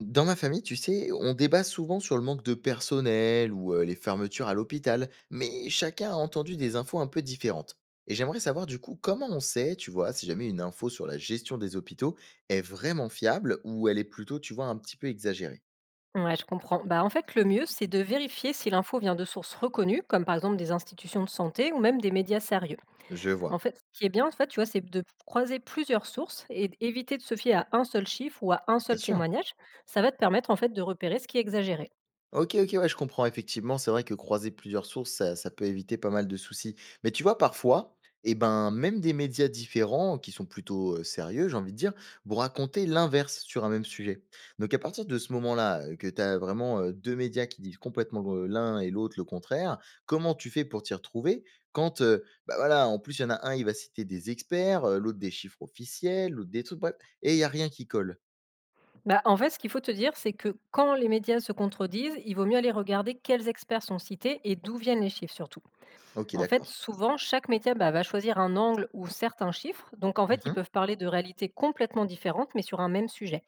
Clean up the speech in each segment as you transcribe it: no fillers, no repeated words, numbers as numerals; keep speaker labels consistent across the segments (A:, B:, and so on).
A: Dans ma famille, tu sais, on débat souvent sur le manque de personnel ou les fermetures à l'hôpital, mais chacun a entendu des infos un peu différentes. Et j'aimerais savoir du coup comment on sait, tu vois, si jamais une info sur la gestion des hôpitaux est vraiment fiable ou elle est plutôt, tu vois, un petit peu exagérée.
B: Ouais, je comprends. Bah, en fait, le mieux, c'est de vérifier si l'info vient de sources reconnues, comme par exemple des institutions de santé ou même des médias sérieux.
A: Je
B: En
A: vois.
B: fait, ce qui est bien, en fait, tu vois, c'est de croiser plusieurs sources et éviter de se fier à un seul chiffre ou à un
A: Bien
B: seul
A: sûr.
B: témoignage. Ça va te permettre, en fait, de repérer ce qui est exagéré.
A: OK, OK, ouais, je comprends. Effectivement, c'est vrai que croiser plusieurs sources, ça peut éviter pas mal de soucis. Mais tu vois, parfois, eh ben, même des médias différents, qui sont plutôt, sérieux, j'ai envie de dire, vont raconter l'inverse sur un même sujet. Donc à partir de ce moment-là, que tu as vraiment, 2 médias qui disent complètement le l'un et l'autre le contraire, comment tu fais pour t'y retrouver quand, bah, voilà, en plus, il y en a un, il va citer des experts, l'autre des chiffres officiels, l'autre des trucs, bref, et il y a rien qui colle?
B: Bah, en fait, ce qu'il faut te dire, c'est que quand les médias se contredisent, il vaut mieux aller regarder quels experts sont cités et d'où viennent les chiffres surtout.
A: OK,
B: En fait,
A: d'accord.
B: souvent, chaque média bah, va choisir un angle ou certains chiffres. Donc, en fait, ils
A: Mmh.
B: peuvent parler de réalités complètement différentes, mais sur un même sujet.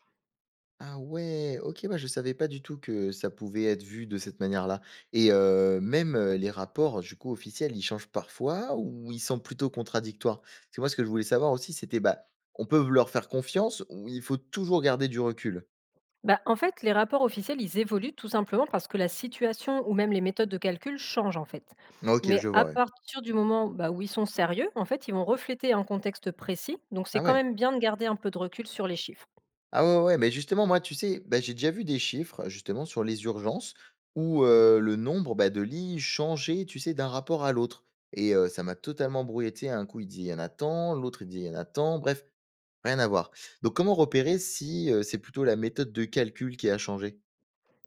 A: Ah ouais, OK, bah, je savais pas du tout que ça pouvait être vu de cette manière-là. Et même, les rapports, du coup, officiels, ils changent parfois ou ils sont plutôt contradictoires? Parce que moi, ce que je voulais savoir aussi, c'était, bah, on peut leur faire confiance ou il faut toujours garder du recul?
B: Bah, en fait, les rapports officiels, ils évoluent tout simplement parce que la situation ou même les méthodes de calcul changent en fait.
A: OK,
B: Mais
A: je
B: à
A: vois, ouais.
B: partir du moment bah, où ils sont sérieux, en fait, ils vont refléter un contexte précis. Donc, c'est
A: Ah
B: quand
A: ouais.
B: même bien de garder un peu de recul sur les chiffres.
A: Ah ouais, ouais, ouais, mais justement, moi, tu sais, bah, j'ai déjà vu des chiffres, justement, sur les urgences où, le nombre, bah, de lits changeait, tu sais, d'un rapport à l'autre, et ça m'a totalement brouillé. Tu sais, un coup, il dit «Il y en a tant», l'autre, il dit «Il y en a tant», bref, rien à voir. Donc comment repérer si, c'est plutôt la méthode de calcul qui a changé?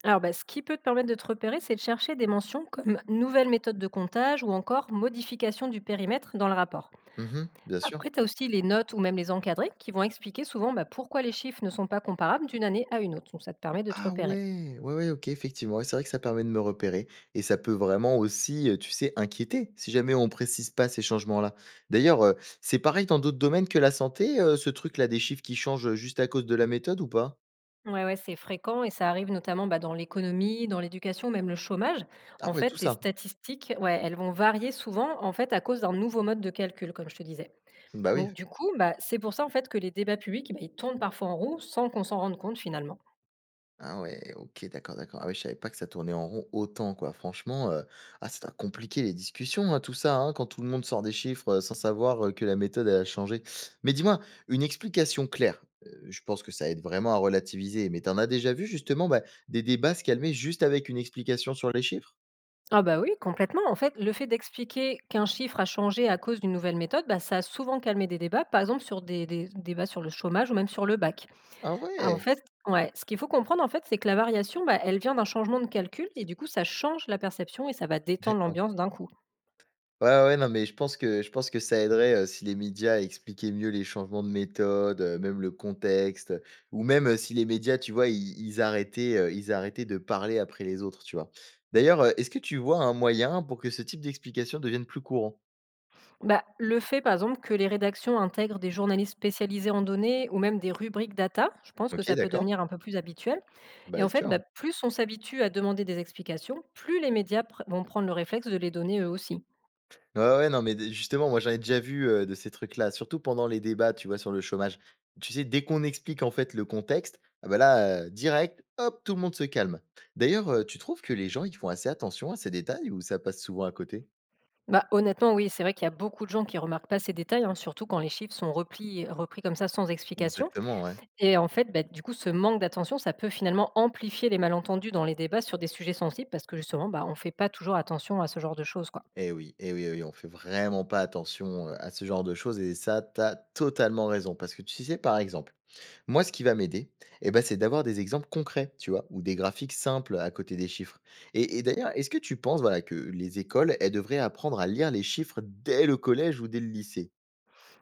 B: Alors, bah, ce qui peut te permettre de te repérer, c'est de chercher des mentions comme nouvelle méthode de comptage ou encore modification du périmètre dans le rapport.
A: Mmh, bien sûr.
B: Après, tu as aussi les notes ou même les encadrés qui vont expliquer souvent bah, pourquoi les chiffres ne sont pas comparables d'une année à une autre. Donc, ça te permet de te
A: Ah
B: repérer.
A: ouais! Ouais, ouais, OK, effectivement, ouais, c'est vrai que ça permet de me repérer, et ça peut vraiment aussi, tu sais, inquiéter si jamais on précise pas ces changements-là. D'ailleurs, c'est pareil dans d'autres domaines que la santé, ce truc-là des chiffres qui changent, juste à cause de la méthode ou pas?
B: Ouais, ouais, c'est fréquent et ça arrive notamment bah, dans l'économie, dans l'éducation, même le chômage.
A: Ah
B: En
A: ouais, tout
B: fait, les
A: ça.
B: statistiques, ouais, elles vont varier souvent en fait à cause d'un nouveau mode de calcul, comme je te disais.
A: Bah, oui.
B: Donc du coup, bah, c'est pour ça en fait que les débats publics, bah, ils tournent parfois en roue sans qu'on s'en rende compte finalement.
A: Ah ouais, OK, d'accord, d'accord. Ah ouais, je savais pas que ça tournait en rond autant, quoi. Franchement, ah, ça doit compliquer les discussions, hein, tout ça, hein, quand tout le monde sort des chiffres, sans savoir, que la méthode, elle a changé. Mais dis-moi, une explication claire, je pense que ça aide vraiment à relativiser, mais t'en as déjà vu justement, bah, des débats se calmer juste avec une explication sur les chiffres?
B: Ah bah oui, complètement. En fait, le fait d'expliquer qu'un chiffre a changé à cause d'une nouvelle méthode, bah, ça a souvent calmé des débats, par exemple sur des débats sur le chômage ou même sur le bac.
A: Ah
B: Ah, en
A: ouais,
B: fait, ouais, ce qu'il faut comprendre, en fait, c'est que la variation, bah, elle vient d'un changement de calcul et du coup, ça change la perception et ça va détendre
A: d'accord.
B: l'ambiance d'un coup.
A: Ouais, ouais, non, mais je pense que ça aiderait, si les médias expliquaient mieux les changements de méthode, même le contexte, ou même, si les médias, tu vois, ils arrêtaient, ils arrêtaient de parler après les autres, tu vois? D'ailleurs, est-ce que tu vois un moyen pour que ce type d'explication devienne plus courant?
B: Bah, le fait, par exemple, que les rédactions intègrent des journalistes spécialisés en données ou même des rubriques data, je pense que
A: OK,
B: ça peut
A: d'accord.
B: devenir un peu plus habituel. Et
A: Bah,
B: en fait, bah,
A: sûr.
B: plus on s'habitue à demander des explications, plus les médias vont prendre le réflexe de les donner eux aussi.
A: Ouais, ouais, non, mais d justement, moi, j'en ai déjà vu, de ces trucs-là, surtout pendant les débats, tu vois, sur le chômage. Tu sais, dès qu'on explique, en fait, le contexte, ah bah, là, direct, hop, tout le monde se calme. D'ailleurs, tu trouves que les gens, ils font assez attention à ces détails ou ça passe souvent à côté?
B: Bah, honnêtement, oui, c'est vrai qu'il y a beaucoup de gens qui remarquent pas ces détails, hein, surtout quand les chiffres sont repris comme ça sans explication.
A: Exactement, ouais.
B: Et en fait, bah, du coup, ce manque d'attention, ça peut finalement amplifier les malentendus dans les débats sur des sujets sensibles parce que justement, bah, on ne fait pas toujours attention à ce genre de choses. Quoi.
A: Eh oui, eh oui, eh oui, on fait vraiment pas attention, à ce genre de choses, et ça, t'as totalement raison parce que tu sais, par exemple, moi, ce qui va m'aider, eh ben, c'est d'avoir des exemples concrets, tu vois, ou des graphiques simples à côté des chiffres. Et d'ailleurs, est-ce que tu penses voilà, que les écoles, elles devraient apprendre à lire les chiffres dès le collège ou dès le lycée?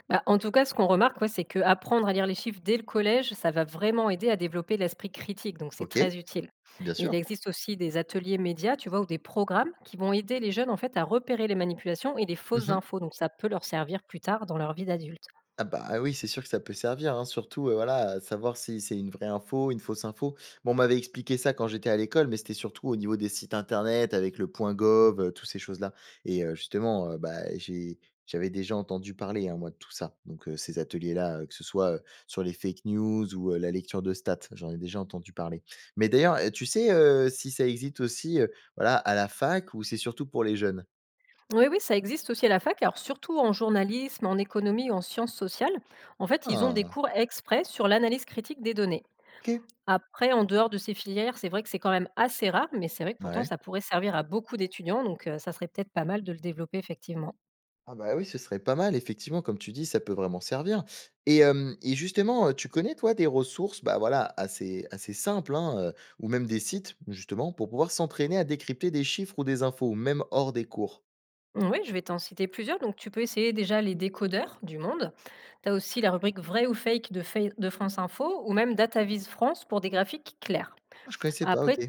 B: Bah, en tout cas, ce qu'on remarque, ouais, c'est qu'apprendre à lire les chiffres dès le collège, ça va vraiment aider à développer l'esprit critique, donc c'est
A: Ok,
B: très utile.
A: bien
B: Et il
A: sûr.
B: existe aussi des ateliers médias, tu vois, ou des programmes qui vont aider les jeunes en fait à repérer les manipulations et les fausses infos, donc ça peut leur servir plus tard dans leur vie d'adulte.
A: Ah bah oui, c'est sûr que ça peut servir, hein, surtout, voilà, à savoir si c'est une vraie info, une fausse info. Bon, on m'avait expliqué ça quand j'étais à l'école, mais c'était surtout au niveau des sites internet avec le point gov, tous ces choses-là, et justement, bah, j'ai j'avais déjà entendu parler, hein, moi, de tout ça. Donc ces ateliers-là, que ce soit, sur les fake news ou, la lecture de stats, j'en ai déjà entendu parler. Mais d'ailleurs, tu sais, si ça existe aussi, voilà, à la fac ou c'est surtout pour les jeunes?
B: Oui, oui, ça existe aussi à la fac, alors surtout en journalisme, en économie ou en sciences sociales. En fait, ils ont des
A: Ah,
B: cours exprès sur l'analyse critique des données.
A: OK.
B: Après, en dehors de ces filières, c'est vrai que c'est quand même assez rare, mais c'est vrai que pourtant
A: Ouais.
B: ça pourrait servir à beaucoup d'étudiants, donc ça serait peut-être pas mal de le développer effectivement.
A: Ah bah oui, ce serait pas mal, effectivement, comme tu dis, ça peut vraiment servir. Et justement, tu connais, toi, des ressources, bah, voilà, assez simples, hein, ou même des sites, justement, pour pouvoir s'entraîner à décrypter des chiffres ou des infos, même hors des cours?
B: Oui, je vais t'en citer plusieurs, donc tu peux essayer déjà les décodeurs du monde. Tu as aussi la rubrique vrai ou fake de Fai de France Info ou même DataVis France pour des graphiques clairs.
A: Ah, je connaissais pas, OK.
B: Après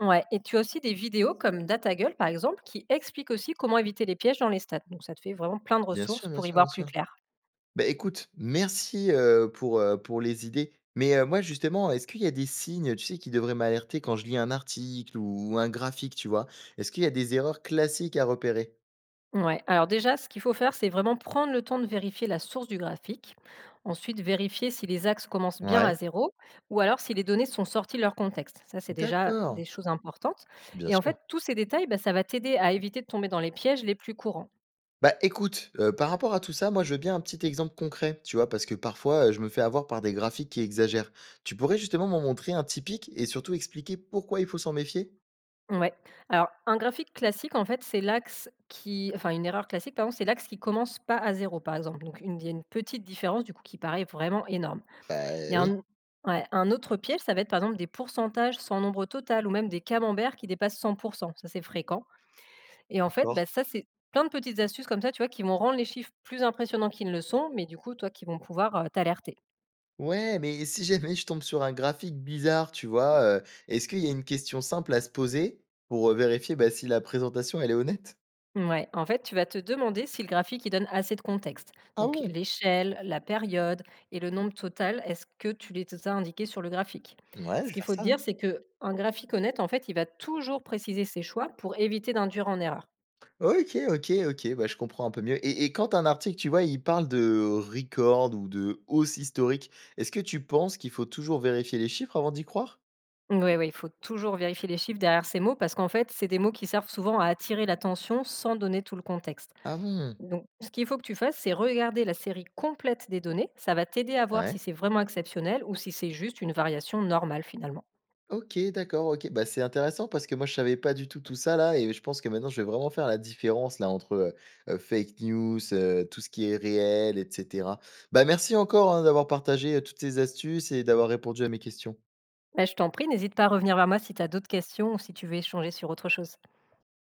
B: ouais et tu as aussi des vidéos comme DataGull par exemple qui expliquent aussi comment éviter les pièges dans les stats, donc ça te fait vraiment plein de
A: Bien
B: ressources
A: sûr, bien
B: pour y
A: sûr, bien
B: voir plus
A: sûr.
B: clair.
A: Bah, écoute, merci, pour les idées. Mais, moi, justement, est-ce qu'il y a des signes, tu sais, qui devraient m'alerter quand je lis un article ou un graphique, tu vois? Est-ce qu'il y a des erreurs classiques à repérer?
B: Ouais, alors déjà, ce qu'il faut faire, c'est vraiment prendre le temps de vérifier la source du graphique. Ensuite, vérifier si les axes commencent bien à
A: Ouais.
B: zéro ou alors si les données sont sorties de leur contexte. Ça, c'est déjà des
A: D'accord.
B: choses importantes.
A: Bien
B: Et en fait,
A: sûr.
B: tous ces détails, bah, ça va t'aider à éviter de tomber dans les pièges les plus courants.
A: Bah, écoute, par rapport à tout ça, moi, je veux bien un petit exemple concret, tu vois? Parce que parfois, je me fais avoir par des graphiques qui exagèrent. Tu pourrais justement m'en montrer un typique et surtout expliquer pourquoi il faut s'en méfier?
B: Ouais. Alors, un graphique classique, en fait, c'est l'axe qui, enfin, une erreur classique, pardon, c'est l'axe qui commence pas à zéro, par exemple. Donc, il y a une petite différence du coup qui paraît vraiment énorme.
A: Bah
B: Il y a
A: oui,
B: un Ouais, un autre piège, ça va être par exemple des pourcentages sans nombre total ou même des camemberts qui dépassent 100. Ça, c'est fréquent et en fait,
A: d'accord.
B: bah, ça, c'est plein de petites astuces comme ça, tu vois, qui vont rendre les chiffres plus impressionnants qu'ils ne le sont, mais du coup, toi, qui vont pouvoir, t'alerter.
A: Ouais, mais si jamais je tombe sur un graphique bizarre, tu vois? Est-ce qu'il y a une question simple à se poser pour, vérifier, bah, si la présentation elle est honnête?
B: Ouais. En fait, tu vas te demander si le graphique, il donne assez de contexte.
A: Ah
B: Donc
A: bon?
B: l'échelle, la période et le nombre total, est-ce que tu les as indiqués sur le graphique?
A: Ouais,
B: Ce
A: je vais
B: qu'il
A: faire
B: faut te
A: ça.
B: dire, c'est qu'un graphique honnête, en fait, il va toujours préciser ses choix pour éviter d'induire en erreur.
A: OK, OK, OK, bah, je comprends un peu mieux, et quand un article, tu vois, il parle de record ou de hausse historique, est-ce que tu penses qu'il faut toujours vérifier les chiffres avant d'y croire?
B: Oui, oui, il faut toujours vérifier les chiffres derrière ces mots parce qu'en fait, c'est des mots qui servent souvent à attirer l'attention sans donner tout le contexte.
A: Ah bon?
B: Donc, ce qu'il faut que tu fasses, c'est regarder la série complète des données. Ça va t'aider à voir si
A: Ouais.
B: c'est vraiment exceptionnel ou si c'est juste une variation normale finalement.
A: OK, d'accord, OK. Bah, c'est intéressant parce que moi, je savais pas du tout tout ça là, et je pense que maintenant, je vais vraiment faire la différence là entre, fake news, tout ce qui est réel et cetera. Bah, merci encore, hein, d'avoir partagé, toutes ces astuces et d'avoir répondu à mes questions.
B: Bah, je t'en prie, n'hésite pas à revenir vers moi si tu as d'autres questions ou si tu veux échanger sur autre chose.